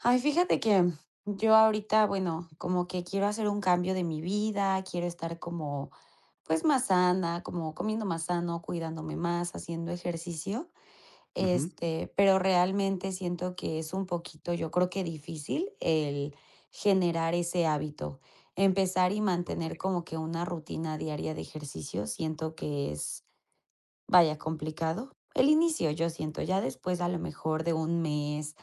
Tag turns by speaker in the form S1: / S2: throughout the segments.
S1: Ay, fíjate que yo ahorita, bueno, como que quiero hacer un cambio de mi vida, quiero estar como, pues más sana, como comiendo más sano, cuidándome más, haciendo ejercicio,
S2: Ujú.
S1: pero realmente siento que es un poquito, yo creo que difícil el generar ese hábito. Empezar y
S2: Ok.
S1: mantener como que una rutina diaria de ejercicio, siento que es, vaya, complicado. El inicio, yo siento, ya después a lo mejor de un mes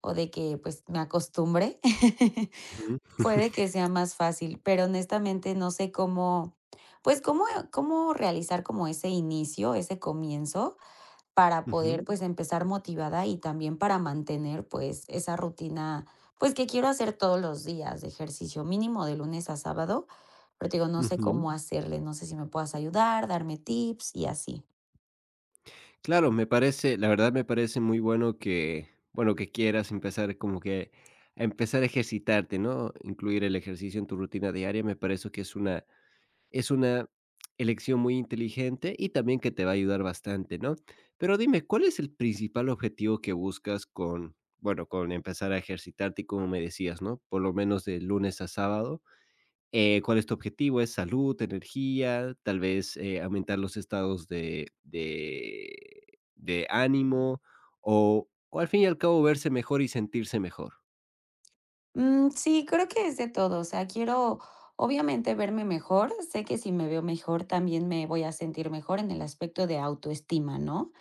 S1: o de que pues me acostumbre,
S2: Ujú.
S1: puede que sea más fácil, pero honestamente no sé cómo, pues cómo realizar como ese inicio, ese comienzo para
S2: Ujú,
S1: poder pues empezar motivada y también para mantener pues esa rutina, pues que quiero hacer todos los días de ejercicio mínimo de lunes a sábado, pero te digo, no sé
S2: ujú.
S1: cómo hacerle, no sé si me puedas ayudar, darme tips y así.
S2: Claro, me parece, la verdad me parece muy bueno, que quieras empezar como que a empezar a ejercitarte, ¿no? Incluir el ejercicio en tu rutina diaria, me parece que es una elección muy inteligente y también que te va a ayudar bastante, ¿no? Pero dime, ¿cuál es el principal objetivo que buscas con, bueno, con empezar a ejercitarte y como me decías, ¿no? Por lo menos de lunes a sábado, ¿cuál es tu objetivo? ¿Es salud, energía, tal vez aumentar los estados de ánimo o al fin y al cabo verse mejor y sentirse mejor?
S1: Mm, sí, creo que es de todo, o sea, quiero obviamente verme mejor, sé que si me veo mejor también me voy a sentir mejor en el aspecto de autoestima, ¿no?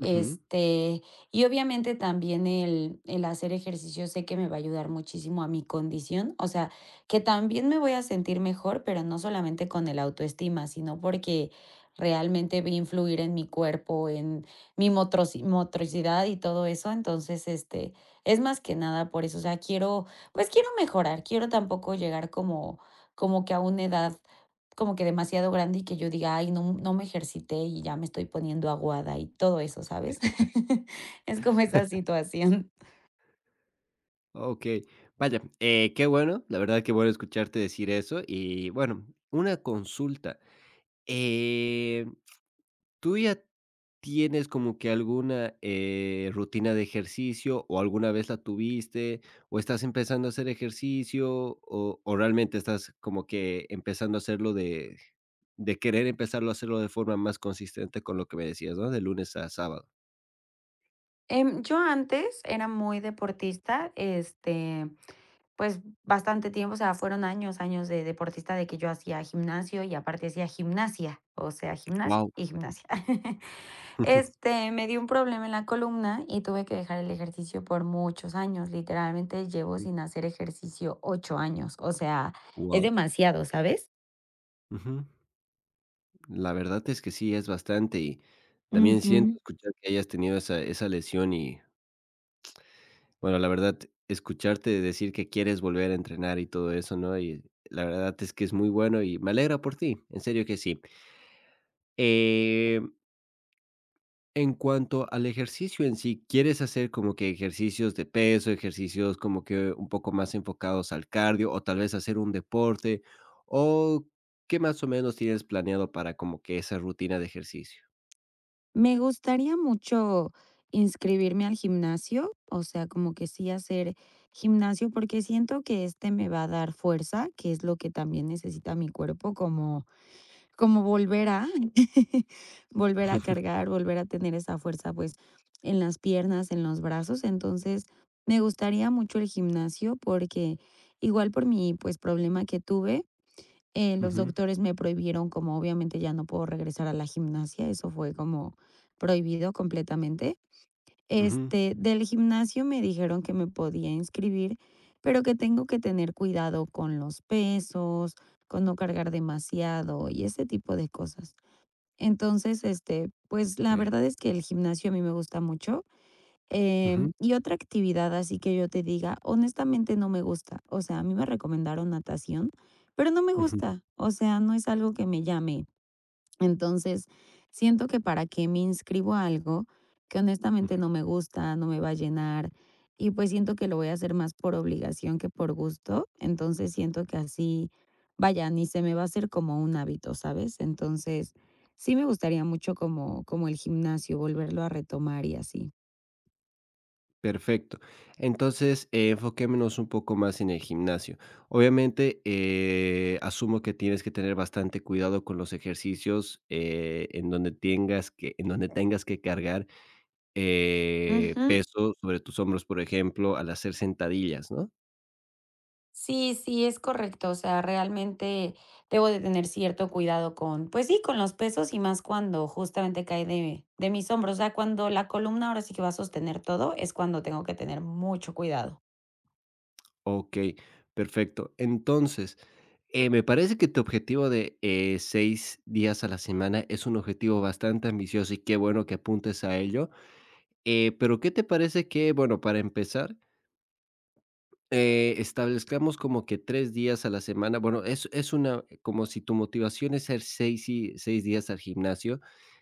S2: Ujú.
S1: y obviamente también el hacer ejercicio sé que me va a ayudar muchísimo a mi condición, o sea, que también me voy a sentir mejor, pero no solamente con el autoestima, sino porque realmente va a influir en mi cuerpo, en mi motricidad y todo eso. Entonces, es más que nada por eso, o sea, quiero, pues quiero mejorar, quiero tampoco llegar como, como que a una edad como que demasiado grande y que yo diga, ay, no, no me ejercité y ya me estoy poniendo aguada y todo eso, ¿sabes? Es como esa situación.
S2: Ok, vaya, qué bueno, la verdad que bueno escucharte decir eso. Y bueno, una consulta. eh, ¿Tú ya tienes como que alguna, rutina de ejercicio, o alguna vez la tuviste, o estás empezando a hacer ejercicio, o realmente estás como que empezando a hacerlo de querer empezarlo a hacerlo de forma más consistente con lo que me decías, ¿no? De lunes a sábado.
S1: Yo antes era muy deportista, pues bastante tiempo, o sea, fueron años, años de deportista de que yo hacía gimnasio y aparte hacía gimnasia, o sea, gimnasia
S2: Wow,
S1: y gimnasia.
S2: wow.
S1: Me dio un problema en la columna y tuve que dejar el ejercicio por muchos años. Literalmente llevo sin hacer ejercicio 8 años. O sea, es demasiado, ¿sabes?
S2: La verdad es que sí, es bastante. Y también siento
S1: Ujú.
S2: escuchar que hayas tenido esa lesión. Y bueno, la verdad, escucharte decir que quieres volver a entrenar y todo eso, ¿no? Y la verdad es que es muy bueno y me alegra por ti, en serio que sí. Eh, en cuanto al ejercicio en sí, ¿quieres hacer como que ejercicios de peso, ejercicios como que un poco más enfocados al cardio, o tal vez hacer un deporte? ¿O qué más o menos tienes planeado para como que esa rutina de ejercicio?
S1: Me gustaría mucho inscribirme al gimnasio, o sea, como que sí hacer gimnasio, porque siento que este me va a dar fuerza, que es lo que también necesita mi cuerpo, como volver a volver a cargar, volver a tener esa fuerza, pues, en las piernas, en los brazos. Entonces, me gustaría mucho el gimnasio porque igual por mi, pues, problema que tuve, los
S2: Ujú,
S1: doctores me prohibieron, como obviamente ya no puedo regresar a la gimnasia, eso fue como prohibido completamente.
S2: ujú,
S1: Del gimnasio me dijeron que me podía inscribir, pero que tengo que tener cuidado con los pesos, con no cargar demasiado y ese tipo de cosas. Entonces, pues la
S2: okey.
S1: verdad es que el gimnasio a mí me gusta mucho.
S2: Ujú,
S1: Y otra actividad así que yo te diga, honestamente no me gusta. O sea, a mí me recomendaron natación, pero no me
S2: ujú,
S1: gusta. O sea, no es algo que me llame. Entonces, siento que para qué me inscribo a algo que
S2: ujú.
S1: honestamente no me gusta, no me va a llenar y pues siento que lo voy a hacer más por obligación que por gusto. Entonces, siento que así, vaya, ni se me va a hacer como un hábito, ¿sabes? Entonces, sí me gustaría mucho como, como el gimnasio, volverlo a retomar y así.
S2: Perfecto. Entonces, enfoquémonos un poco más en el gimnasio. Obviamente, asumo que tienes que tener bastante cuidado con los ejercicios, en donde en donde tengas que cargar
S1: Ujú.
S2: peso sobre tus hombros, por ejemplo, al hacer sentadillas, ¿no?
S1: Sí, sí, es correcto. O sea, realmente debo de tener cierto cuidado con, pues sí, con los pesos y más cuando justamente cae de mis hombros. O sea, cuando la columna ahora sí que va a sostener todo, es cuando tengo que tener mucho cuidado.
S2: Ok, perfecto. Entonces, me parece que tu objetivo de 6 días a la semana es un objetivo bastante ambicioso, y qué bueno que apuntes a ello. Pero ¿qué te parece que, bueno, para empezar, establezcamos como que 3 días a la semana? Bueno, es una, como si tu motivación es ir 6 y 6 días al gimnasio,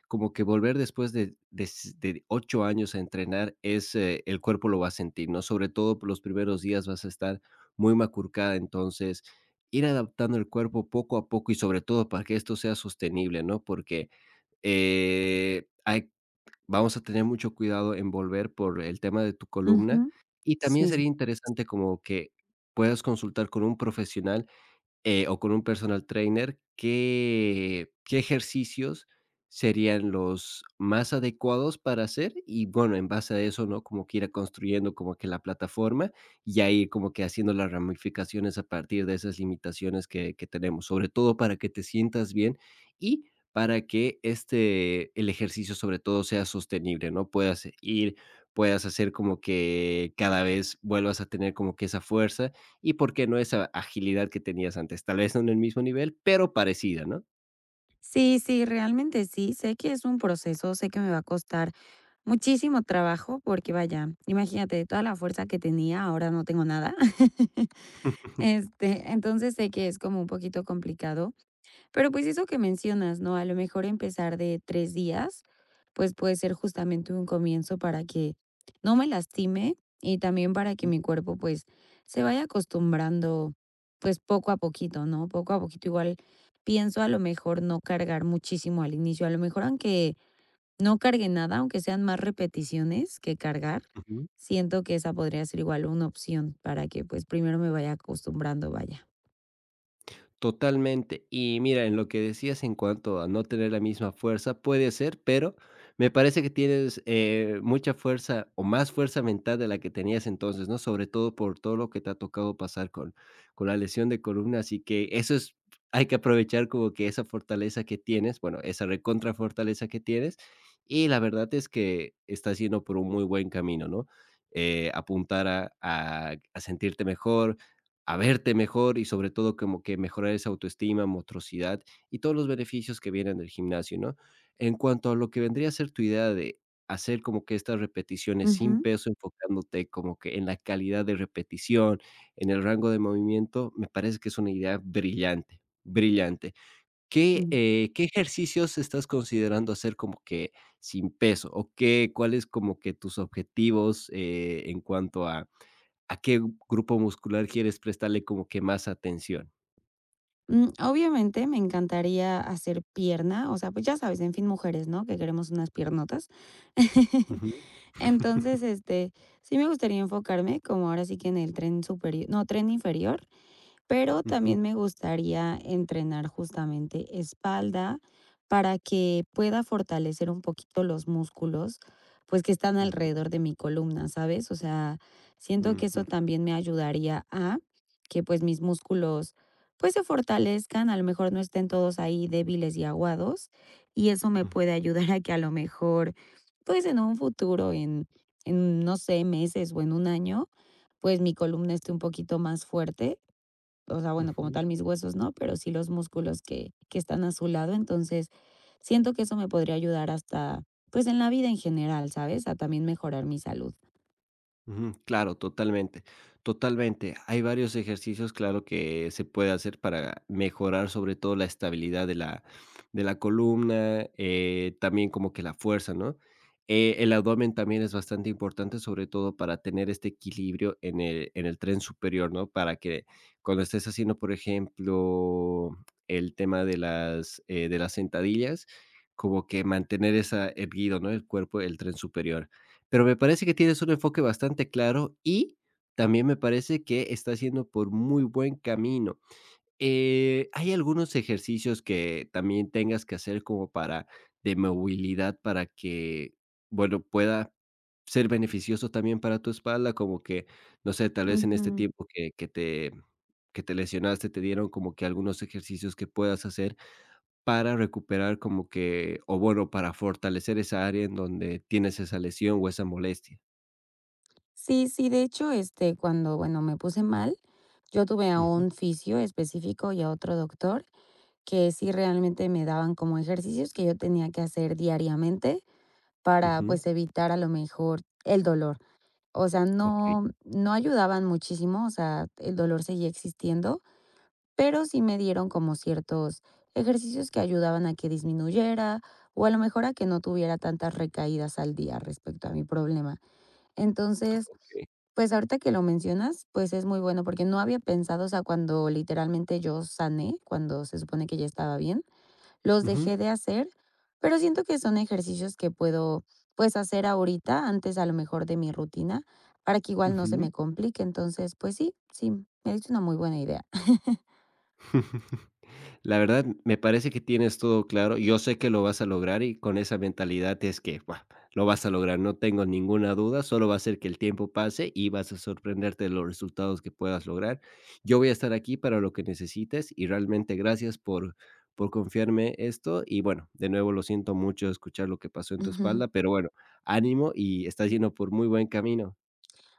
S2: como que volver después de 8 años a entrenar, es, el cuerpo lo va a sentir, ¿no? Sobre todo por los primeros días vas a estar muy macuarcada. Entonces, ir adaptando el cuerpo poco a poco, y sobre todo para que esto sea sostenible, ¿no? Porque, hay vamos a tener mucho cuidado en volver por el tema de tu columna,
S1: Ujú,
S2: y también
S1: sí.
S2: sería interesante como que puedas consultar con un profesional, o con un personal trainer, ¿qué, qué ejercicios serían los más adecuados para hacer? Y bueno, en base a eso, ¿no? Como que ir construyendo como que la plataforma, y ahí como que haciendo las ramificaciones a partir de esas limitaciones que tenemos, sobre todo para que te sientas bien y para que este, el ejercicio sobre todo sea sostenible, ¿no? Puedas ir, puedas hacer como que cada vez vuelvas a tener como que esa fuerza, y por qué no esa agilidad que tenías antes. Tal vez no en el mismo nivel, pero parecida, ¿no?
S1: Sí, sí, realmente sí. Sé que es un proceso, sé que me va a costar muchísimo trabajo porque vaya, imagínate, de toda la fuerza que tenía, ahora no tengo nada. Entonces sé que es como un poquito complicado, pero, pues, eso que mencionas, ¿no? A lo mejor empezar de 3 días, pues, puede ser justamente un comienzo para que no me lastime y también para que
S2: Ujú,
S1: mi cuerpo, pues, se vaya acostumbrando, pues, poco a poquito, ¿no? Poco a poquito, igual pienso a lo mejor no cargar muchísimo al inicio, a lo mejor aunque no cargue nada, aunque sean más repeticiones que cargar,
S2: ujú.
S1: siento que esa podría ser igual una opción para que, pues, primero me vaya acostumbrando, vaya.
S2: Totalmente. Y mira, en lo que decías en cuanto a no tener la misma fuerza, puede ser, pero me parece que tienes mucha fuerza, o más fuerza mental de la que tenías entonces, ¿no? Sobre todo por todo lo que te ha tocado pasar con la lesión de columna. Así que eso es, hay que aprovechar como que esa fortaleza que tienes, bueno, esa recontra fortaleza que tienes. Y la verdad es que estás yendo por un muy buen camino, ¿no? Apuntar a a sentirte mejor, a verte mejor, y sobre todo como que mejorar esa autoestima, motricidad y todos los beneficios que vienen del gimnasio, ¿no? En cuanto a lo que vendría a ser tu idea de hacer como que estas repeticiones sin
S1: Ujú.
S2: peso, enfocándote como que en la calidad de repetición, en el rango de movimiento, me parece que es una idea brillante, brillante. ¿Qué, qué ejercicios estás considerando hacer como que sin peso? ¿O qué, cuáles como que tus objetivos en cuanto a ¿a qué grupo muscular quieres prestarle como que más atención?
S1: Mm, obviamente, me encantaría hacer pierna, o sea, pues, ya sabes, en fin, mujeres, ¿no?, que queremos unas piernotas.
S2: Ujú.
S1: Entonces, sí me gustaría enfocarme como ahora sí que en el tren superior no, tren inferior, pero
S2: Ujú,
S1: también me gustaría entrenar justamente espalda para que pueda fortalecer un poquito los músculos, pues que están
S2: ujú,
S1: alrededor de mi columna, ¿sabes? O sea, siento que eso
S2: ujú,
S1: también me ayudaría a que pues mis músculos pues se fortalezcan, a lo mejor no estén todos ahí débiles y aguados y eso me
S2: ujú,
S1: puede ayudar a que a lo mejor pues en un futuro, en no sé, meses o en un año, pues mi columna esté un poquito más fuerte, o sea, bueno, como
S2: ujú.
S1: tal mis huesos no, pero sí los músculos que están a su lado. Entonces, siento que eso me podría ayudar hasta, pues, en la vida en general, ¿sabes? A también mejorar mi salud.
S2: Ujú, claro, totalmente, totalmente. Hay varios ejercicios, claro, que se puede hacer para mejorar sobre todo la estabilidad de la columna, también como que la fuerza, ¿no? El abdomen también es bastante importante, sobre todo para tener este equilibrio en el tren superior, ¿no? Para que cuando estés haciendo, por ejemplo, el tema de las sentadillas, como que mantener esa erguido, ¿no? El cuerpo, el tren superior, pero me parece que tienes un enfoque bastante claro, y también me parece que estás yendo por muy buen camino. ¿Hay algunos ejercicios que también tengas que hacer como para de movilidad para que, bueno, pueda ser beneficioso también para tu espalda? Como que, no sé, tal vez en este
S1: Ujú.
S2: tiempo que te lesionaste, te dieron como que algunos ejercicios que puedas hacer para recuperar como que, o bueno, para fortalecer esa área en donde tienes esa lesión o esa molestia.
S1: Sí, sí, de hecho, cuando, bueno, me puse mal, yo tuve a
S2: Ujú,
S1: un fisio específico y a otro doctor que sí realmente me daban como ejercicios que yo tenía que hacer diariamente para,
S2: ujú.
S1: pues, evitar a lo mejor el dolor. O sea,
S2: Okey,
S1: no no ayudaban muchísimo, o sea, el dolor seguía existiendo, pero sí me dieron como ciertos ejercicios que ayudaban a que disminuyera, o a lo mejor a que no tuviera tantas recaídas al día respecto a mi problema. Entonces,
S2: okey.
S1: pues, ahorita que lo mencionas, pues, es muy bueno, porque no había pensado, o sea, cuando literalmente yo sané, cuando se supone que ya estaba bien, los
S2: Ujú,
S1: dejé de hacer, pero siento que son ejercicios que puedo, pues, hacer ahorita, antes a lo mejor de mi rutina, para que igual no se
S2: ujú.
S1: me complique. Entonces, pues sí, sí, me diste una muy buena idea.
S2: La verdad, me parece que tienes todo claro. Yo sé que lo vas a lograr, y con esa mentalidad es que, ¡buah!, lo vas a lograr, no tengo ninguna duda, solo va a ser que el tiempo pase y vas a sorprenderte de los resultados que puedas lograr. Yo voy a estar aquí para lo que necesites, y realmente gracias por confiarme esto. Y bueno, de nuevo lo siento mucho escuchar lo que pasó en tu espalda, pero bueno, ánimo, y estás yendo por muy buen camino.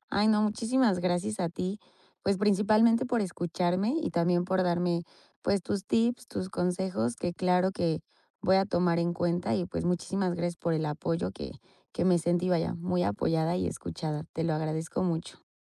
S1: Ay, no, muchísimas gracias a ti, pues principalmente por escucharme y también por darme, pues tus tips, tus consejos, que claro que voy a tomar en cuenta y pues muchísimas gracias por el apoyo que me sentí, vaya, muy apoyada y escuchada. Te lo agradezco mucho.